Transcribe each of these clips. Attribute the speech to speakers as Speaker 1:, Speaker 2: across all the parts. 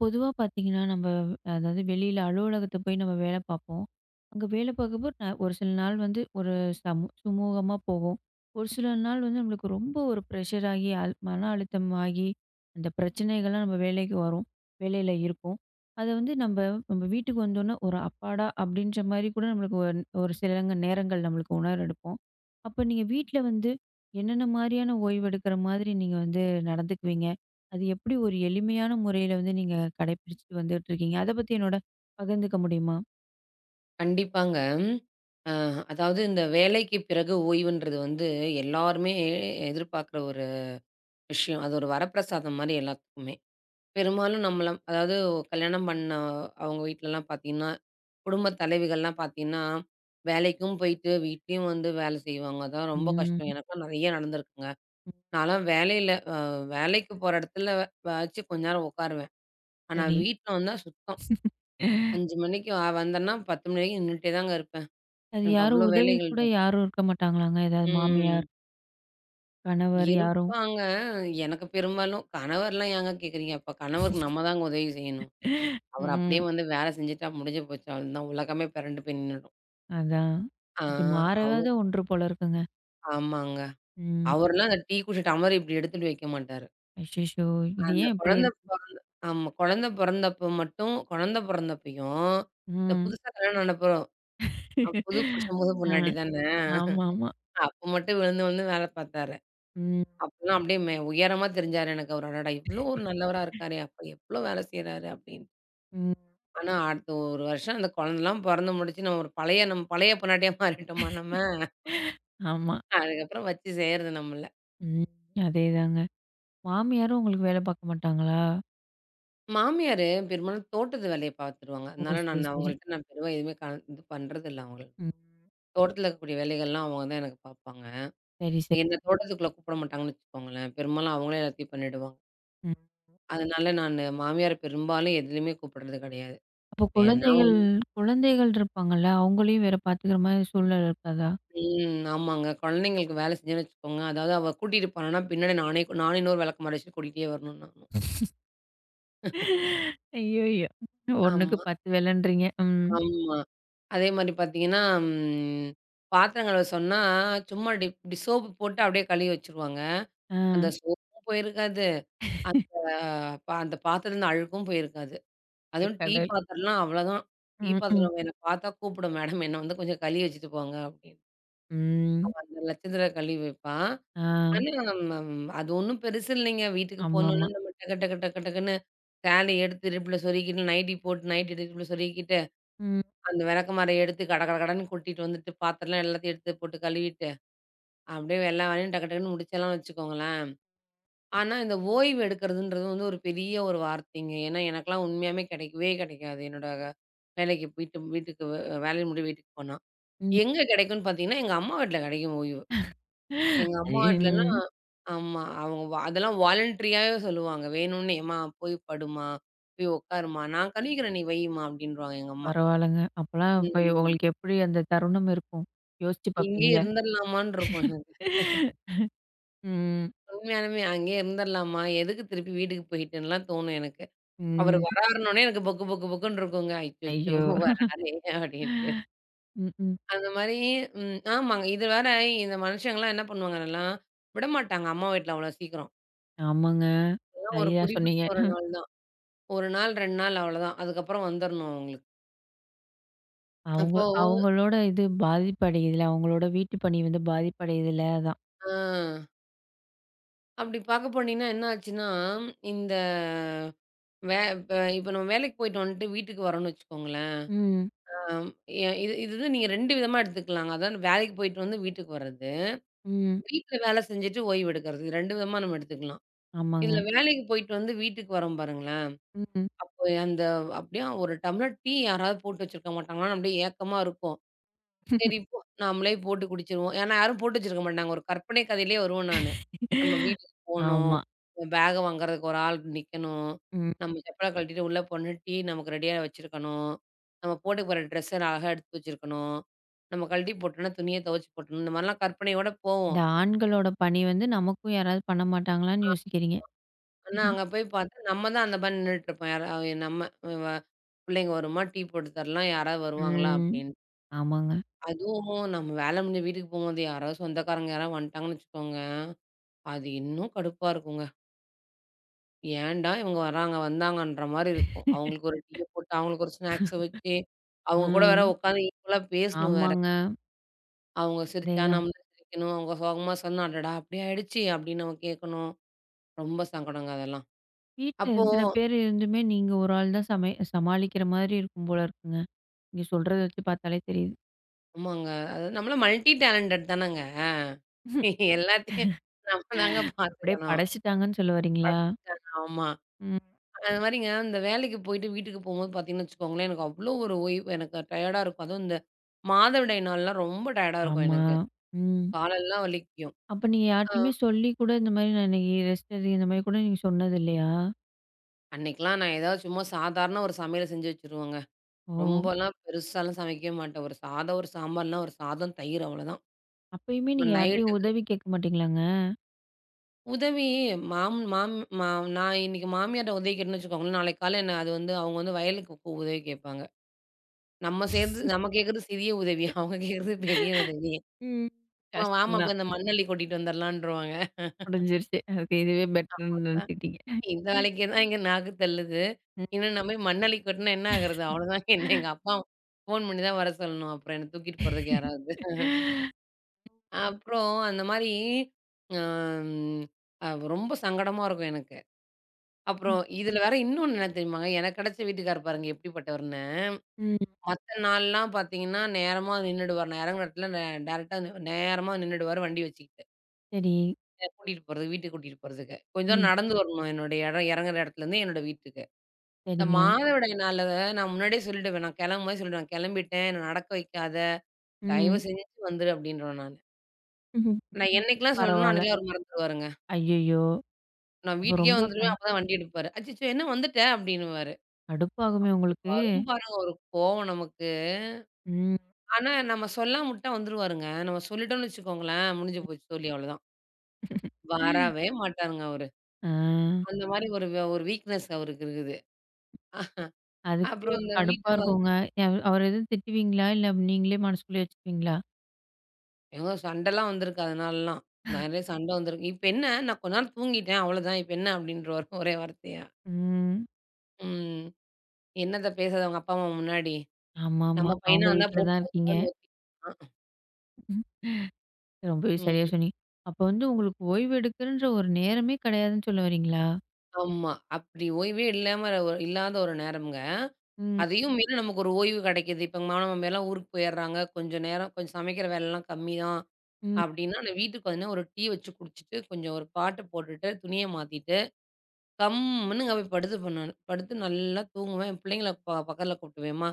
Speaker 1: பொதுவா பார்த்தீங்கன்னா, நம்ம அதாவது வெளியில அலுவலகத்த போய் நம்ம வேலை பார்ப்போம். அங்க வேலை பார்க்கப்போ ஒரு சில நாள் வந்து ஒரு சுமூகமா போகும். ஒரு சில நாள் வந்து நம்மளுக்கு ரொம்ப ஒரு ப்ரெஷர் ஆகி, மன அழுத்தம் ஆகி, அந்த பிரச்சனைகள்லாம் நம்ம வேலைக்கு வரும். வேலையில இருக்கும். அத வந்து நம்ம வீட்டுக்கு வந்தோனே, ஒரு அப்பாடா! அப்படின்ற மாரி கூட நம்மளுக்கு ஒரு சிலங்க நேரங்கள் நம்மளுக்கு உணர எடுப்போம். அப்ப நீங்க வீட்ல வந்து என்னென்ன மாரியான ஓய்வு எடுக்கிற மாதிரி நீங்க வந்து நடந்துக்குவீங்க? அது எப்படி ஒரு எளிமையான முறையில வந்து நீங்க கடைப்பிடிச்சுட்டு வந்துட்டுருக்கீங்க? அத பத்தி என்னோட பகிர்ந்துக்க முடியுமா?
Speaker 2: கண்டிப்பாங்க. அ அதாவது இந்த வேலைக்கு பிறகு ஓய்வுன்றது வந்து எல்லாருமே எதிர்பார்க்குற ஒரு விஷயம். அது ஒரு வரப்பிரசாதம் மாரி எல்லாத்துக்குமே. பெரும்பாலும் நம்மள அதாவது கல்யாணம் பண்ண அவங்க வீட்லலாம் பார்த்தீங்கன்னா, குடும்ப தலைவிகள்லாம் பார்த்தீங்கன்னா, வேலைக்கும் போயிட்டு வீட்லயும் வந்து வேலை செய்வாங்க. அதான் ரொம்ப
Speaker 1: ம்.
Speaker 2: கஷ்டம். எனக்கெல்லாம் நெறைய நடந்திருக்குங்க.
Speaker 1: ம்,
Speaker 2: நான்லாம் வேலையில வேலைக்கு போற இடத்துல வாச்சு கொஞ்ச நேரம் உட்காருவேன். ஆனா
Speaker 1: சரி.
Speaker 2: வீட்ல வந்தா சுத்தம். 5 மணிக்கு வந்தேன்னா 10 மணி வரைக்கும் நின்னுட்டே தாங்க இருப்பேன்.
Speaker 1: அது
Speaker 2: எனக்கு
Speaker 1: யாரும்
Speaker 2: அவ்ளோ
Speaker 1: உதவி
Speaker 2: வேலைகள்
Speaker 1: கூட
Speaker 2: இருக்கும்.
Speaker 1: யாரும் இருக்க மாட்டாங்களாங்க? ஏதாவது
Speaker 2: ம்.
Speaker 1: மாமியார், கணவர் யாரும்?
Speaker 2: இருப்பாங்க. எனக்கு பெரும்பாலும் கணவர்லாம் ஏங்க கேட்குறீங்க? அப்ப கணவருக்கு நம்ம தாங்க உதவி செய்யணும். அவர் அப்படியே
Speaker 1: ம்.
Speaker 2: வந்து வேலை செஞ்சுட்டா முடிஞ்சு போச்சு. அவ்வளதான் உலகமே பெரண்டு போய் நின்னுடும்.
Speaker 1: அதான்.
Speaker 2: ஆ
Speaker 1: இது மாறாத
Speaker 2: அவர்
Speaker 1: ஒன்று போல இருக்குங்க.
Speaker 2: ஆமாங்க.
Speaker 1: ம்.
Speaker 2: அவர்லாம் அந்த டீ குடிச்ச டம்ளர இப்படி எடுத்துட்டு வைக்க மாட்டாரு.
Speaker 1: அச்சச்சோ! இது
Speaker 2: அந்த
Speaker 1: ஏன் இப்படி
Speaker 2: குழந்தை
Speaker 1: இருக்கு?
Speaker 2: பொறந்த ஆமா. குழந்தை பொறந்தப்ப மட்டும் குழந்தை பொறந்தப்பயும், இந்த
Speaker 1: ம்.
Speaker 2: புதுசா கல்யாணம் ஆன அப்புறம் புது புருஷன், புது
Speaker 1: ஆ.
Speaker 2: பொண்டாட்டி தானே.
Speaker 1: ஆமாமா.
Speaker 2: அப்ப மட்டும் விழுந்து விழுந்து வேலை பார்த்தாரு.
Speaker 1: ம்.
Speaker 2: அப்பலாம் அப்படியே மே உயரமா தெரிஞ்சாரு எனக்கு அவரு. அடடா! இவ்ளோ ஒரு நல்லவரா இருக்காரே! அப்ப எவ்ளோ வேலை செய்றாரு அப்படின்னு.
Speaker 1: ம்.
Speaker 2: ஆனா அடுத்த ஒரு வருஷம் அந்த குழந்தலாம் பொறந்து முடிச்சு, நம்ம பழைய பொண்டாட்டியா மாறிட்டோமா நம்ம?
Speaker 1: ஆமா.
Speaker 2: அதுக்கப்புறம் வச்சு செய்றது நம்மள.
Speaker 1: ம். ம். அதேதாங்க. மாமியாரும் உங்களுக்கு வேலை பார்க்க மாட்டாங்களா?
Speaker 2: மாமியாரு பெரும்பாலும் தோட்டத்து வேலைய பார்த்துருவாங்க.
Speaker 1: ஓ!
Speaker 2: அதனால
Speaker 1: சரி, சரி.
Speaker 2: நான் பெருவா எதுவுமே கல இது பண்றதில்ல அவங்கள.
Speaker 1: ம்.
Speaker 2: தோட்டத்துல இருக்கக்கூடிய வேலைகள்லாம் அவங்க தான் எனக்கு பார்ப்பாங்க.
Speaker 1: சரி, சரி.
Speaker 2: என்ன தோட்டத்துக்குள்ள கூப்பிட மாட்டாங்கன்னு வச்சுக்கோங்களேன். பெரும்பாலும் அவங்களே எல்லாத்தையும் பண்ணிடுவாங்க.
Speaker 1: ம்.
Speaker 2: அதனால நானு மாமியார பெரும்பாலும் எதுலயுமே கூப்பிடுறது கிடையாது.
Speaker 1: அப்போ
Speaker 2: வேணா
Speaker 1: குழந்தைகள் குழந்தைகள் இருப்பாங்கல்ல, அவங்களையும் வேற பார்த்துக்கிற மாரி சூழ்நிலை இருக்காதா?
Speaker 2: ம். ஆமாங்க. குழந்தைங்களுக்கு வேலை செஞ்சேன்னு வச்சுக்கோங்க, அதாவது அவ கூட்டிட்டு போனான்னா, பின்னாடி நானும் இன்னொரு விளக்குமாறு வச்சுட்டு கூட்டிட்டே வரணும் நானு.
Speaker 1: ஐய்யய்யோ! ஒண்ணுக்கு
Speaker 2: ஆமா,
Speaker 1: 10 வேலன்றீங்க. ம்.
Speaker 2: ஆமா. அதே மாரி பார்த்தீங்கன்னா, ம் பாத்திரம் கழுவ சொன்னா, சும்மா இப்டி இப்டி சோப்பு போட்டு அப்படியே கழுவி வச்சுருவாங்க.
Speaker 1: ஆ.
Speaker 2: அந்த சோப்பும் போயிருக்காது, அந்த அந்த பாத்திரத்துலருந்து அழுக்கும் போயிருக்காது.
Speaker 1: ஐயோ
Speaker 2: அதுவும் டீ
Speaker 1: கடவுள்!
Speaker 2: பாத்திரம்லாம் அவ்வளோதான். டீ
Speaker 1: ம், ம்.
Speaker 2: பாத்திரம் என்ன பார்த்தா கூப்பிடும், "மேடம் என்ன வந்து கொஞ்சம் கழுவி வச்சுட்டு போங்க" அப்படின்னு. அவ
Speaker 1: ம்.
Speaker 2: அந்த லட்சத்தில கழுவி வைப்பா.
Speaker 1: ஆ.
Speaker 2: ஆனா, அது ஒண்ணும் பெருசு இல்லைங்க. வீட்டுக்கு போனோனே
Speaker 1: ஆமாமா.
Speaker 2: நம்ம டக்கு டக்கு டக்கு டக்குன்னு சேலை எடுத்து இடுப்புல சொருகிக்கிட்டு, நைட்டி போட்டு நைட்டி எடுத்து இடுப்புல சொருகிக்கிட்டு,
Speaker 1: ம்,
Speaker 2: அந்த விளக்கமார எடுத்து கட கட கடன்னு கொட்டிட்டு வந்துட்டு, பாத்திரம்லாம் எல்லாத்தையும் எடுத்து போட்டு கழுவிட்டு, அப்படியே எல்லா வேலையும் டக்கு டக்குன்னு முடிச்சலாம் வச்சுக்கோங்களேன். ஆனா, இந்த ஓய்வு எடுக்கிறதுன்றது வந்து ஒரு பெரிய ஒரு வார்த்தைங்க. ஏன்னா, எனக்கெல்லாம் உண்மையாவே கிடைக்கவே கிடைக்காது. என்னோட வேலைக்கு போயிட்டு வீட்டுக்கு வே வேலைய முடிய வீட்டுக்கு போனா.
Speaker 1: ம்.
Speaker 2: எங்க கிடைக்கும்னு பார்த்தீங்கன்னா, எங்க அம்மா வீட்ல கிடைக்கும் ஓய்வு. எங்க
Speaker 1: அது
Speaker 2: அம்மா வீட்லலாம்
Speaker 1: ம்.
Speaker 2: ஆமா. அவங்க வ அதெல்லாம் வாலண்டரியாவே சொல்லுவாங்க. வேணும்னே, "அம்மா போய் படும்மா, போய் உட்காரும்மா, நான் கழுவிக்கிறேன், நீ வைம்மா" அப்படின்ருவாங்க எங்க அம்மா.
Speaker 1: பரவால்லங்க. அப்பலாம் இப்ப
Speaker 2: ம்.
Speaker 1: உங்களுக்கு எப்படி அந்த தருணம் இருக்கும்? யோசிச்சு
Speaker 2: இங்கேயே
Speaker 1: பார்ப்பீங்களே?
Speaker 2: இருந்துரலாமான்னு இருக்கும் எனக்கு.
Speaker 1: ம்,
Speaker 2: உண்மையாலுமே அங்கேயே இருந்துரலாமா, எதுக்கு திருப்பி வீட்டுக்கு போயிட்டுன்னுலாம் தோணும் எனக்கு. அவரு
Speaker 1: ம்.
Speaker 2: வராருன்னோனே எனக்கு பொக்கு பொக்கு பொக்குன்னு இருக்குங்க. "அச்சச்சோ!
Speaker 1: ஐயோ!
Speaker 2: வராரே" அப்படின்ட்டு.
Speaker 1: ம், ம்.
Speaker 2: அந்த மாரி ம் ஆமாங்க. இது வேற இந்த மனுஷங்கலாம் என்ன பண்ணுவாங்கன்னா, விடமாட்டாங்க அம்மா வீட்ல அவ்வளோ சீக்கிரம்.
Speaker 1: ஆமாங்க.
Speaker 2: அதெல்லாம் ஒரு
Speaker 1: சரியா
Speaker 2: குறிப்பிட்ட
Speaker 1: சொன்னீங்க.
Speaker 2: ஒரு நாள் தான். 1 நாள், 2 நாள் அவ்வளோதான். அதுக்கப்புறம் வந்துரணும் அவங்களுக்கு.
Speaker 1: அவங்க
Speaker 2: அப்போ
Speaker 1: அவங்களோட இது பாதிப்படையுதுல. அவங்களோட வீட்டு பணி வந்து பாதிப்படையுதுல அதான்.
Speaker 2: ஆ அப்படி பாக்க போனீங்கன்னா என்ன ஆச்சுன்னா, இந்த வே இப்ப இப்ப நம்ம வேலைக்கு போயிட்டு வந்துட்டு வீட்டுக்கு வரோம்னு வச்சுக்கோங்களேன்.
Speaker 1: ம்.
Speaker 2: ஆம் எ இது இது வந்து நீங்க 2 விதமா எடுத்துக்கலாங்க. அதாவது வேலைக்கு போயிட்டு வந்து வீட்டுக்கு வர்றது,
Speaker 1: ம்.
Speaker 2: வீட்ல வேலை செஞ்சுட்டு ஓய்வு எடுக்கிறது. இது 2 விதமா நம்ம எடுத்துக்கலாம்.
Speaker 1: ஆமாங்க.
Speaker 2: இதுல வேலைக்கு போயிட்டு வந்து வீட்டுக்கு வரோம் பாருங்களேன்,
Speaker 1: ம்.
Speaker 2: அப்போ அந்த அப்படியே ஒரு டம்ளர் டீ யாராவது போட்டு வச்சிருக்க மாட்டாங்களான்னு அப்படியே ஏக்கமா இருக்கும். சரி போ நாமளே போட்டு குடிச்சுருவோம். ஏன்னா யாரும் போட்டு வச்சிருக்க மாட்டாங்க. ஒரு கற்பனை கதையிலேயே வருவேன் நானு. நம்ம வீட்டுக்கு போணும்.
Speaker 1: ஆமா.
Speaker 2: பேக வாங்குறதுக்கு ஒரு ஆள் நிக்கணும்.
Speaker 1: ம்.
Speaker 2: நம்ம செப்பல கழட்டிட்டு உள்ள போனோனே டீ நமக்கு ரெடியா வச்சிருக்கணும். நம்ம போட்டு போற ட்ரெஸ்ஸ அழகா எடுத்து வச்சிருக்கணும். நம்ம கழட்டி போட்டோம்னா, துணிய துவச்சு போட்டணும். இந்த மாரிலாம் கற்பனையோட போவோம்.
Speaker 1: இந்த ஆண்களோட பணி வந்து நமக்கும் யாராவது பண்ண மாட்டாங்களான்னு யோசிக்கிறீங்க.
Speaker 2: ஆனா, அங்க போய் பார்த்தா நம்ம தான் அந்த மாரி நின்னுட்டுருப்போம். யாரா நம்ம வ வ- பிள்ளைங்க வருமா? டீ போட்டு தரலாம். யாராவது வருவாங்களா?
Speaker 1: ம்.
Speaker 2: அப்படின்னு.
Speaker 1: ஆமாங்க.
Speaker 2: அதுவும் நம்ம வேல முடிஞ்சு வீட்டுக்கு போகும்போது யாராவது சொந்தக்காரங்க யாராவது வந்துட்டாங்கன்னு வச்சுக்கோங்க, அது இன்னும் கடுப்பா இருக்குங்க. ஏன்டா இவங்க வராங்க, வந்தாங்கன்ற மாரி இருக்கும். அவங்களுக்கு ஒரு டீய போட்டு, அவங்களுக்கு ஒரு ஸ்நாக்ஸ வச்சு, அவங்க கூட வேற
Speaker 1: ம்.
Speaker 2: உட்காந்து ஈக்குவலா பேசணும் வேற.
Speaker 1: ஆமாங்க.
Speaker 2: அவங்க சிரிச்சா
Speaker 1: அதேதான்.
Speaker 2: நம்மளும் சிரிக்கணும். அவங்க சோகமா சொன்னா, "அடடா! அப்படி ஆயிடுச்சு" அப்படின்னு நம்ம கேட்கணும். ரொம்ப சங்கடங்க அதெல்லாம்.
Speaker 1: வீட்ல
Speaker 2: அப்போ
Speaker 1: இத்தன பேர் இருந்துமே நீங்க ஒரு ஆள் தான் சமாளிக்கிற மாதிரி இருக்கும் போல இருக்குங்க. நீங்க சொல்றத வச்சு பார்த்தாலே தெரியுது.
Speaker 2: ஆமாங்க. அது நம்மலாம் மல்டி டேலண்டட் தானங்க. எல்லாத்தையும் நம்ம தாங்க
Speaker 1: அப்படியே
Speaker 2: பார்த்துக்கணும்.
Speaker 1: படைச்சுட்டாங்கன்னு சொல்ல வரீங்களா?
Speaker 2: படைச்சுட்டாங்க. ஆமா.
Speaker 1: ம்.
Speaker 2: அது மாரிங்க இந்த வேலைக்கு போயிட்டு வீட்டுக்கு போம்போது பார்த்தீங்கன்னு வச்சுக்கோங்களேன், எனக்கு அவ்வளோ ஒரு ஓய்வு எனக்கு டயர்டா இருக்கும். அதுவும் இந்த மாதவிடாய் நாள்லாம் ரொம்ப டயர்டா இருக்கும்
Speaker 1: ஆமா.
Speaker 2: எனக்கு.
Speaker 1: ம்.
Speaker 2: காலெல்லாம் வலிக்கும்.
Speaker 1: அப்ப நீங்க
Speaker 2: ஆ.
Speaker 1: யார்ட்டயுமே சொல்லி கூட இந்த மாரி நான் இன்னைக்கு ரெஸ்ட் எடு இந்த மாரி கூட நீங்க சொன்னது இல்லையா?
Speaker 2: அன்னைக்கெல்லாம் நான் ஏதாவது சும்மா சாதாரண ஒரு சமையல் செஞ்சு வச்சுருவேங்க.
Speaker 1: ஓ!
Speaker 2: ரொம்பலாம் பெருசாலாம் சமைக்கவே மாட்டேன். ஒரு சாதம், ஒரு சாம்பார், இல்லனா ஒரு சாதம், தயிர் அவ்வளோதான்.
Speaker 1: அப்பயுமே நீங்க யார்ட்டயும்
Speaker 2: நைட்டுக்கு
Speaker 1: உதவி கேட்க மாட்டீங்களாங்க?
Speaker 2: உதவி மாம் மாம் மா நான் இன்னைக்கு மாமியார்ட்ட உதவி கேட்டேன்னு வச்சுக்கோங்களேன், நாளைக்கு காலையில என்ன அது வந்து அவங்க வந்து வயலுக்கு போ உதவி கேட்பாங்க. நம்ம சேர்ந்து நம்ம கேட்கறது சிறிய உதவி. அவங்க கேட்கறது பெரிய உதவி.
Speaker 1: ம்.
Speaker 2: "அம்மா
Speaker 1: கஷ்டம்
Speaker 2: வாம்மா போய்
Speaker 1: தான்.
Speaker 2: அந்த மண்ணள்ளி கொட்டிட்டு வந்துரலான்ருவாங்க."
Speaker 1: முடிஞ்சிருச்சு. அதுக்கு இதுவே பெட்டர்ன்னு நினைச்சுக்கிட்டீங்க.
Speaker 2: இந்த வேலைக்கே தான் எங்க நாக்கு தள்ளுது.
Speaker 1: ம்.
Speaker 2: இன்னும் நான் போய் மண்ணள்ளி கொட்டுனா என்ன ஆகுறது? அவ்வளோதாங்க என்ன எங்க அப்பா ஃபோன் பண்ணி தான் வர சொல்லணும். அப்புறம் என்ன தூக்கிட்டு போறதுக்கு யாராவது. அப்புறம் அந்த மாரி அம் அ ரொம்ப சங்கடமா இருக்கும் எனக்கு. அப்புறம்
Speaker 1: ம்.
Speaker 2: இதில வேற இன்னொன்னு என்ன தெரியுமாங்க? எனக்கு கிடைச்ச வீட்டுக்கார் பாருங்க எப்படிப்பட்டவர்ன்னு.
Speaker 1: ம்.
Speaker 2: மத்த நாள்லாம் பார்த்தீங்கன்னா, நேரமா நின்னுடுவார். நான் இறங்குற இடத்துல நே டைரக்ட்டா நேரமா நின்னுடுவாரு வண்டி வச்சுக்கிட்டு.
Speaker 1: சரி.
Speaker 2: என்ன கூட்டிட்டு போறதுக்கு, வீட்டுக்கு கூட்டிட்டு போறதுக்கு. கொஞ்சம் தூரம்
Speaker 1: ம்.
Speaker 2: நடந்து வரணும் என்னுடைய இடம் இறங்குற இடத்துலேருந்து என்னோட வீட்டுக்கு. இந்த
Speaker 1: சரிங்க.
Speaker 2: மாதவிடாய் நாள்ல நான் முன்னாடியே சொல்லிடுவேன். நான் கிளம்பும்போதே சொல்லிடுவேன். "கிளம்பிட்டேன். என்ன நடக்க வைக்காத. தயவு
Speaker 1: ம்.
Speaker 2: செஞ்சு வந்துரு" அப்படின்ருவேன் நானு.
Speaker 1: ம்ஹ்ம்.
Speaker 2: நான் என்னைக்கெல்லாம் சொல்லணும்னோ
Speaker 1: பரவால்ல.
Speaker 2: அன்னைக்கே அவரு மறந்துருவாருங்க.
Speaker 1: ஐயய்யோ!
Speaker 2: நான்
Speaker 1: அப்ப
Speaker 2: வீட்டுக்கே
Speaker 1: ரொம்ப
Speaker 2: வந்துருவேன். அப்பதான் வண்டி எடுப்பாரு. "அச்சச்சோ! என்ன வந்துட்ட?" அப்படின்னுவாரு.
Speaker 1: கடுப்பாகுமே உங்களுக்கு?
Speaker 2: வரும் பாருங்க ஒரு கோவம் நமக்கு.
Speaker 1: ம்.
Speaker 2: ஆனா நம்ம சொல்லாம விட்டா வந்துருவாருங்க. நம்ம சொல்லிட்டோம்னு வச்சுக்கோங்களேன், முடிஞ்சு போச்சு சொல்லி அவ்வளோதான். வரவே மாட்டாருங்க அவரு.
Speaker 1: ஆ.
Speaker 2: அந்த மாரி ஒரு வே- ஒரு வீக்னஸ் அவருக்கு இருக்குது. அஹ்
Speaker 1: அதுக்கே
Speaker 2: அப்புறம்
Speaker 1: ஒரு
Speaker 2: இந்த
Speaker 1: கடுப்பா
Speaker 2: வீட்டுக்கு
Speaker 1: இருக்குங்க. அவர எதுவும் திட்டுவீங்களா? இல்ல நீங்களே மனசுக்குள்ளயே வச்சுக்குவீங்களா?
Speaker 2: ஏங்க சண்டைலாம் வந்திருக்கு அதனாலலாம். நிறைய சண்டை வந்திருக்கு. இப்ப என்ன நான் கொஞ்ச நேரம் தூங்கிட்டேன் அவ்வளோதான். இப்ப என்ன அப்படின்றுவாரு ஒரே வார்த்தையா.
Speaker 1: ம்.
Speaker 2: ம். என்னத்த பேசுறது அவங்க அப்பா, அம்மா முன்னாடி. நம்ம
Speaker 1: ஆமாமா.
Speaker 2: பையனா
Speaker 1: அவங்க
Speaker 2: இருந்தா
Speaker 1: வீட்ல
Speaker 2: போட்டு
Speaker 1: தான்
Speaker 2: மொத்து
Speaker 1: இருக்கீங்க.
Speaker 2: மொத்துன்னு ஒத்திக்குவான்.
Speaker 1: ம். ரொம்பவே சரியா
Speaker 2: ம்.
Speaker 1: சொன்னீங்க. அப்ப வந்து உங்களுக்கு ஓய்வு எடுக்குன்ற ஒரு நேரமே கிடையாதுன்னு சொல்ல வரீங்களா?
Speaker 2: ஆமா. அப்படி ஓய்வே இல்லாம ஒரு இல்லாத ஒரு நேரம்ங்க.
Speaker 1: ம்,
Speaker 2: அதையும் மீறி நமக்கு ஒரு ஓய்வு கிடைக்குது. இப்ப எங்க மாமனார், மாமியார்லாம் ஊருக்கு போயிடுறாங்க. கொஞ்சம் நேரம் கொஞ்சம் சமைக்கிற வேலைலாம் கம்மி தான்.
Speaker 1: ம்.
Speaker 2: அப்படின்னா நான் வீட்டுக்கு வந்தேன்னா ஒரு டீ வச்சு குடிச்சுட்டு, கொஞ்சம் ஒரு பாட்டு போட்டுட்டு, துணிய மாத்திட்டு கம்முன்னு போய் படுத்துப்பேன் நானு. படுத்து நல்லா தூங்குவேன். என் பிள்ளைங்கள பக்கத்தில கூப்பிட்டுவேன். "அம்மா,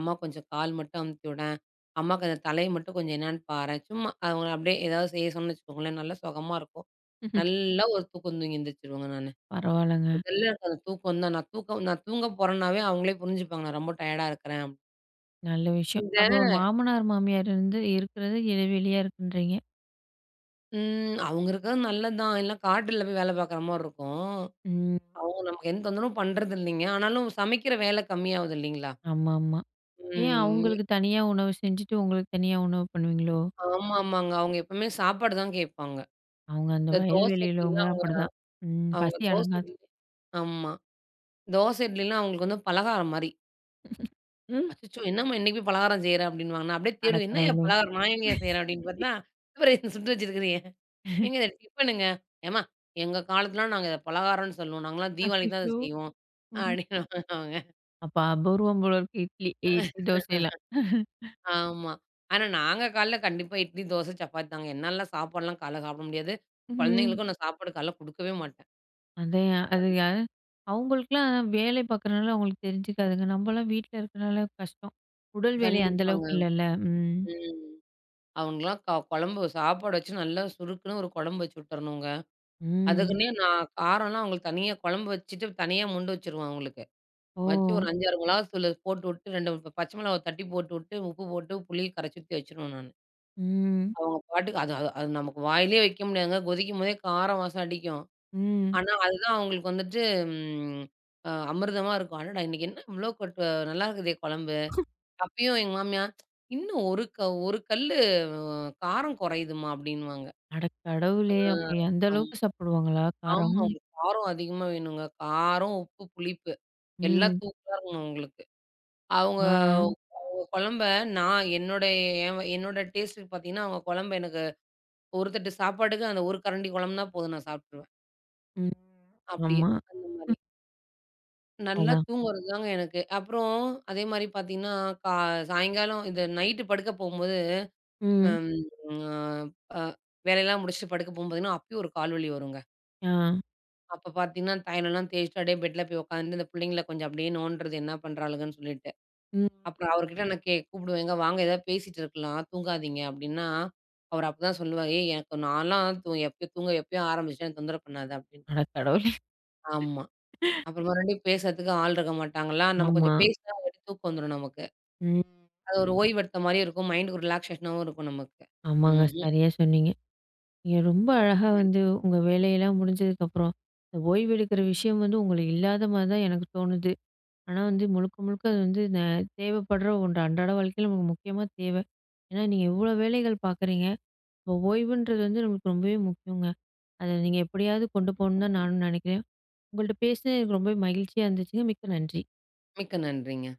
Speaker 2: அம்மா கொஞ்சம் கால் மட்டும் அமுத்தி விடேன். அம்மாக்கு அந்த தலைய மட்டும் கொஞ்சம் என்னான்னு பாரேன்." சும்மா அவங்கள அப்படியே ஏதாவது செய்ய சொன்னேன்னு வச்சுக்கோங்களேன், நல்லா சுகமா இருக்கும். நல்லா ஒரு தூக்கம் தூங்கி எந்திரிச்சுருவேங்க நானு.
Speaker 1: பரவால்லங்க.
Speaker 2: முதல்ல எனக்கு அந்த தூக்கம் தான். நான் தூங்க போறேன்னாவே அவங்களே புரிஞ்சுப்பாங்க, நான் ரொம்ப டயர்டா இருக்கிறேன். அப்படின்னு.
Speaker 1: நல்ல விஷயம்.
Speaker 2: இந்த
Speaker 1: அப்போ மாமனார், மாமியார் இருந்து இருக்கிறது இடைவெளியா இருக்குன்றீங்க.
Speaker 2: ம் அவங்க இருக்கிறது நல்லது தான். இல்லனா காட்டுல போய் வேலை பார்க்குற மாரி இருக்கும்.
Speaker 1: ம்.
Speaker 2: அவங்க நமக்கு எந்த தொந்தரவும் பண்றது இல்லைங்க. ஆனாலும் சமைக்கிற வேலை கம்மியாகுது இல்லைங்களா?
Speaker 1: ஆமாமா. ஏன்
Speaker 2: ம்.
Speaker 1: அவங்களுக்கு தனியா உணவு செஞ்சுட்டு, உங்களுக்கு தனியா உணவு பண்ணுவீங்களோ?
Speaker 2: ஆமாமாங்க. அவங்க எப்பவுமே சாப்பாடு தான் கேட்பாங்க.
Speaker 1: அவங்க அந்த
Speaker 2: இந்த
Speaker 1: வயல்
Speaker 2: தோசை
Speaker 1: வெளியிலவங்க
Speaker 2: இட்லிலாம் அவங்க
Speaker 1: அப்படிதான். ம்.
Speaker 2: அவங்க
Speaker 1: பசி
Speaker 2: தோசை
Speaker 1: அடங்காது.
Speaker 2: இட்லி ஆமா. தோசை இட்லிலாம் அவங்களுக்கு வந்து பலகாரம் மாரி.
Speaker 1: ம்.
Speaker 2: அச்சச்சோ! என்னம்மா இன்னைக்கு போய் பலகாரம் செய்ற அப்டின்னுவாங்க. நான் அப்படியே
Speaker 1: அட
Speaker 2: தேடுவேன். என்னய்யா
Speaker 1: கடவுளே!
Speaker 2: பலகாரம் நான் எங்கேய்யா செய்றேன் அப்படின்னு பார்த்தா, அப்புறம் இதை சுட்டு வச்சிருக்கிறியே. ஏங்க இது டிஃபனுங்க. ஏம்மா எங்க காலத்துலலாம் நாங்க இத பலகாரம்னு சொல்லுவோம். நாங்கலாம் தீபாவளிக்கு தான் இத
Speaker 1: அச்சச்சோ!
Speaker 2: செய்வோம்.
Speaker 1: ம்.
Speaker 2: அப்படின்னுவாங்க அவங்க.
Speaker 1: அப்ப அபூர்வம் போல இருக்கு இட்லி இட்லி தோசைலாம்.
Speaker 2: ஆமா. ஆனா நாங்க காலைல கண்டிப்பா இட்லி, தோசை, சப்பாத்தி தாங்க. என்னாலலாம் சாப்பாடுலாம் காலைல சாப்பிட முடியாது.
Speaker 1: ம்.
Speaker 2: குழந்தைங்களுக்கும் நான் சாப்பாடு காலைல குடுக்கவே மாட்டேன்.
Speaker 1: அதே அது யாரு அவங்களுக்குலாம் வேலை பார்க்குறனால அவங்களுக்கு தெரிஞ்சுக்காதுங்க. நம்மலாம் வீட்ல இருக்கிறனால கஷ்டம். உடல் வேலை அந்த
Speaker 2: கண்டிப்பாங்க.
Speaker 1: அளவுக்கு இல்லல்ல. ம்.
Speaker 2: ம். அவங்களுக்குலாம் குழம்பு சாப்பாடு வச்சு நல்லா சுருக்குன்னு ஒரு குழம்பு வச்சு விட்டுறணுங்க.
Speaker 1: ம்.
Speaker 2: அதுக்குன்னே நான் காரம்லாம் அவங்களுக்கு தனியா குழம்பு வச்சுட்டு தனியா முண்டு வச்சுருவேன் அவங்களுக்கு.
Speaker 1: ஓ!
Speaker 2: வச்சு ஒரு 5, 6 மிளகா தூளு போட்டுவிட்டு 2 பச்சை மிளகாவ தட்டி போட்டுவிட்டு, உப்பு போட்டு புளி கரைச்சு ஊத்தி வச்சுருவேன் நானு.
Speaker 1: ம்.
Speaker 2: அவங்க பாட்டுக்கு அது அது அது நமக்கு வாயிலயே வைக்க முடியாதுங்க. கொதிக்கும்போதே கார வாசம் அடிக்கும்.
Speaker 1: ம்.
Speaker 2: ஆனா, அதுதான் அவங்களுக்கு வந்துட்டு ம் அ அமிர்தமா இருக்கும். அடடா! இன்னைக்கு என்ன இவ்ளோ கொட் நல்லாருக்குதே குழம்பு. அப்பயும் எங்க மாமியார், "இன்னும் ஒரு க ஒரு கல்லு காரம் குறையுதும்மா" அப்படின்னுவாங்க.
Speaker 1: அட
Speaker 2: ஆ
Speaker 1: கடவுளே!
Speaker 2: ஆமா
Speaker 1: அப்ப எந்த
Speaker 2: ஆமா.
Speaker 1: அளவுக்கு சாப்பிடுவாங்களா காரம்?
Speaker 2: அவங்களுக்கு காரம் அதிகமா வேணுங்க. காரம், உப்பு, புளிப்பு எல்லாம்
Speaker 1: ம்.
Speaker 2: தூக்கலா இருக்கணும் அவங்களுக்கு. அவங்க
Speaker 1: ஆ.
Speaker 2: அவங்க குழம்ப நான் என்னோட என் வ- என்னோட டேஸ்ட்டுக்கு பார்த்தீங்கன்னா, அவங்க குழம்பு எனக்கு ஒரு தட்டு சாப்பாட்டுக்கு அந்த ஒரு கரண்டி குழம்புனா போதும் நான் சாப்ட்டுருவேன்.
Speaker 1: ம்.
Speaker 2: அப்படியே
Speaker 1: ஆமா.
Speaker 2: அந்த மாரி.
Speaker 1: ம்.
Speaker 2: நல்லா
Speaker 1: அதான்.
Speaker 2: தூங்குறதுதாங்க எனக்கு. அப்புறம் அதே மாரி பார்த்தீங்கன்னா, கா சாயங்காலம் இந்த நைட்டு படுக்க போகும்போது
Speaker 1: ம்.
Speaker 2: அம் ஆ அ வேலையெல்லாம் முடிச்சுட்டு படுக்க போகும் பார்த்தீங்கன்னா, அப்பயும் ஒரு கால் வலி வருங்க.
Speaker 1: ஆ.
Speaker 2: அப்ப பார்த்தீங்கன்னா, தைலம்லாம் தேய்ச்சுட்டு அப்படியே பெட்ல போய் உட்காந்து இந்த புள்ளைங்கள கொஞ்சம் அப்படியே நோண்டுறது என்ன பண்றாளுங்கன்னு சொல்லிட்டு.
Speaker 1: ம்.
Speaker 2: அப்புறம் அவர்கிட்ட நான் கூப்பிடுவேன், "ஏங்க வாங்க ஏதாவது பேசிட்டு இருக்கலாம், தூங்காதீங்க" அப்படின்னா, அவர் அப்பதான் சொல்லுவாரு, "ஏய் எனக்கு நான்லாம் தூ எப்பயோ தூங்க எப்பயோ ஆரம்பிச்சுட்டேன், என்ன தொந்தரவு பண்ணாத"
Speaker 1: அட
Speaker 2: அப்படின்ருவாரு.
Speaker 1: கடவுளே!
Speaker 2: ஆமா. அப்புறம் மறுபடியும் பேசுறதுக்கு ஆள் இருக்க மாட்டாங்களா, நம்ம
Speaker 1: ஆமா.
Speaker 2: கொஞ்சம் பேசினா ஆல்ரெடி தூக்கம் வந்துரும் நமக்கு.
Speaker 1: ம்.
Speaker 2: அது ஒரு ஓய்வெடுத்த மாரியும் இருக்கும், மைண்டுக்கு ரிலாக்சேஷனாவும் இருக்கும் நமக்கு.
Speaker 1: ஆமாங்க.
Speaker 2: ம்ஹ்ம்.
Speaker 1: சரியா சொன்னீங்க. நீங்க ரொம்ப அழகா வந்து உங்க வேலையெல்லாம் முடிஞ்சதுக்கப்புறம், இந்த ஓய்வெடுக்கிற விஷயம் வந்து உங்களுக்கு இல்லாத மாரி தான் எனக்கு தோணுது. ஆனா வந்து முழுக்க முழுக்க அது வந்து தேவைப்படுற ஒன்று. அன்றாட வாழ்க்கையில நமக்கு முக்கியமா தேவை. ஏன்னா நீங்க இவ்வளோ வேலைகள் பார்க்குறீங்க. இப்போ ஓய்வுன்றது வந்து நம்மளுக்கு ரொம்பவே முக்கியங்க. அத நீங்க எப்படியாவது கொண்டு போகணும்னு தான் நானும் நினைக்கிறேன். உங்கள்ட்ட பேசினது எனக்கு ரொம்பவே மகிழ்ச்சியா இருந்துச்சுங்க. மிக்க நன்றி.
Speaker 2: மிக்க நன்றிங்க.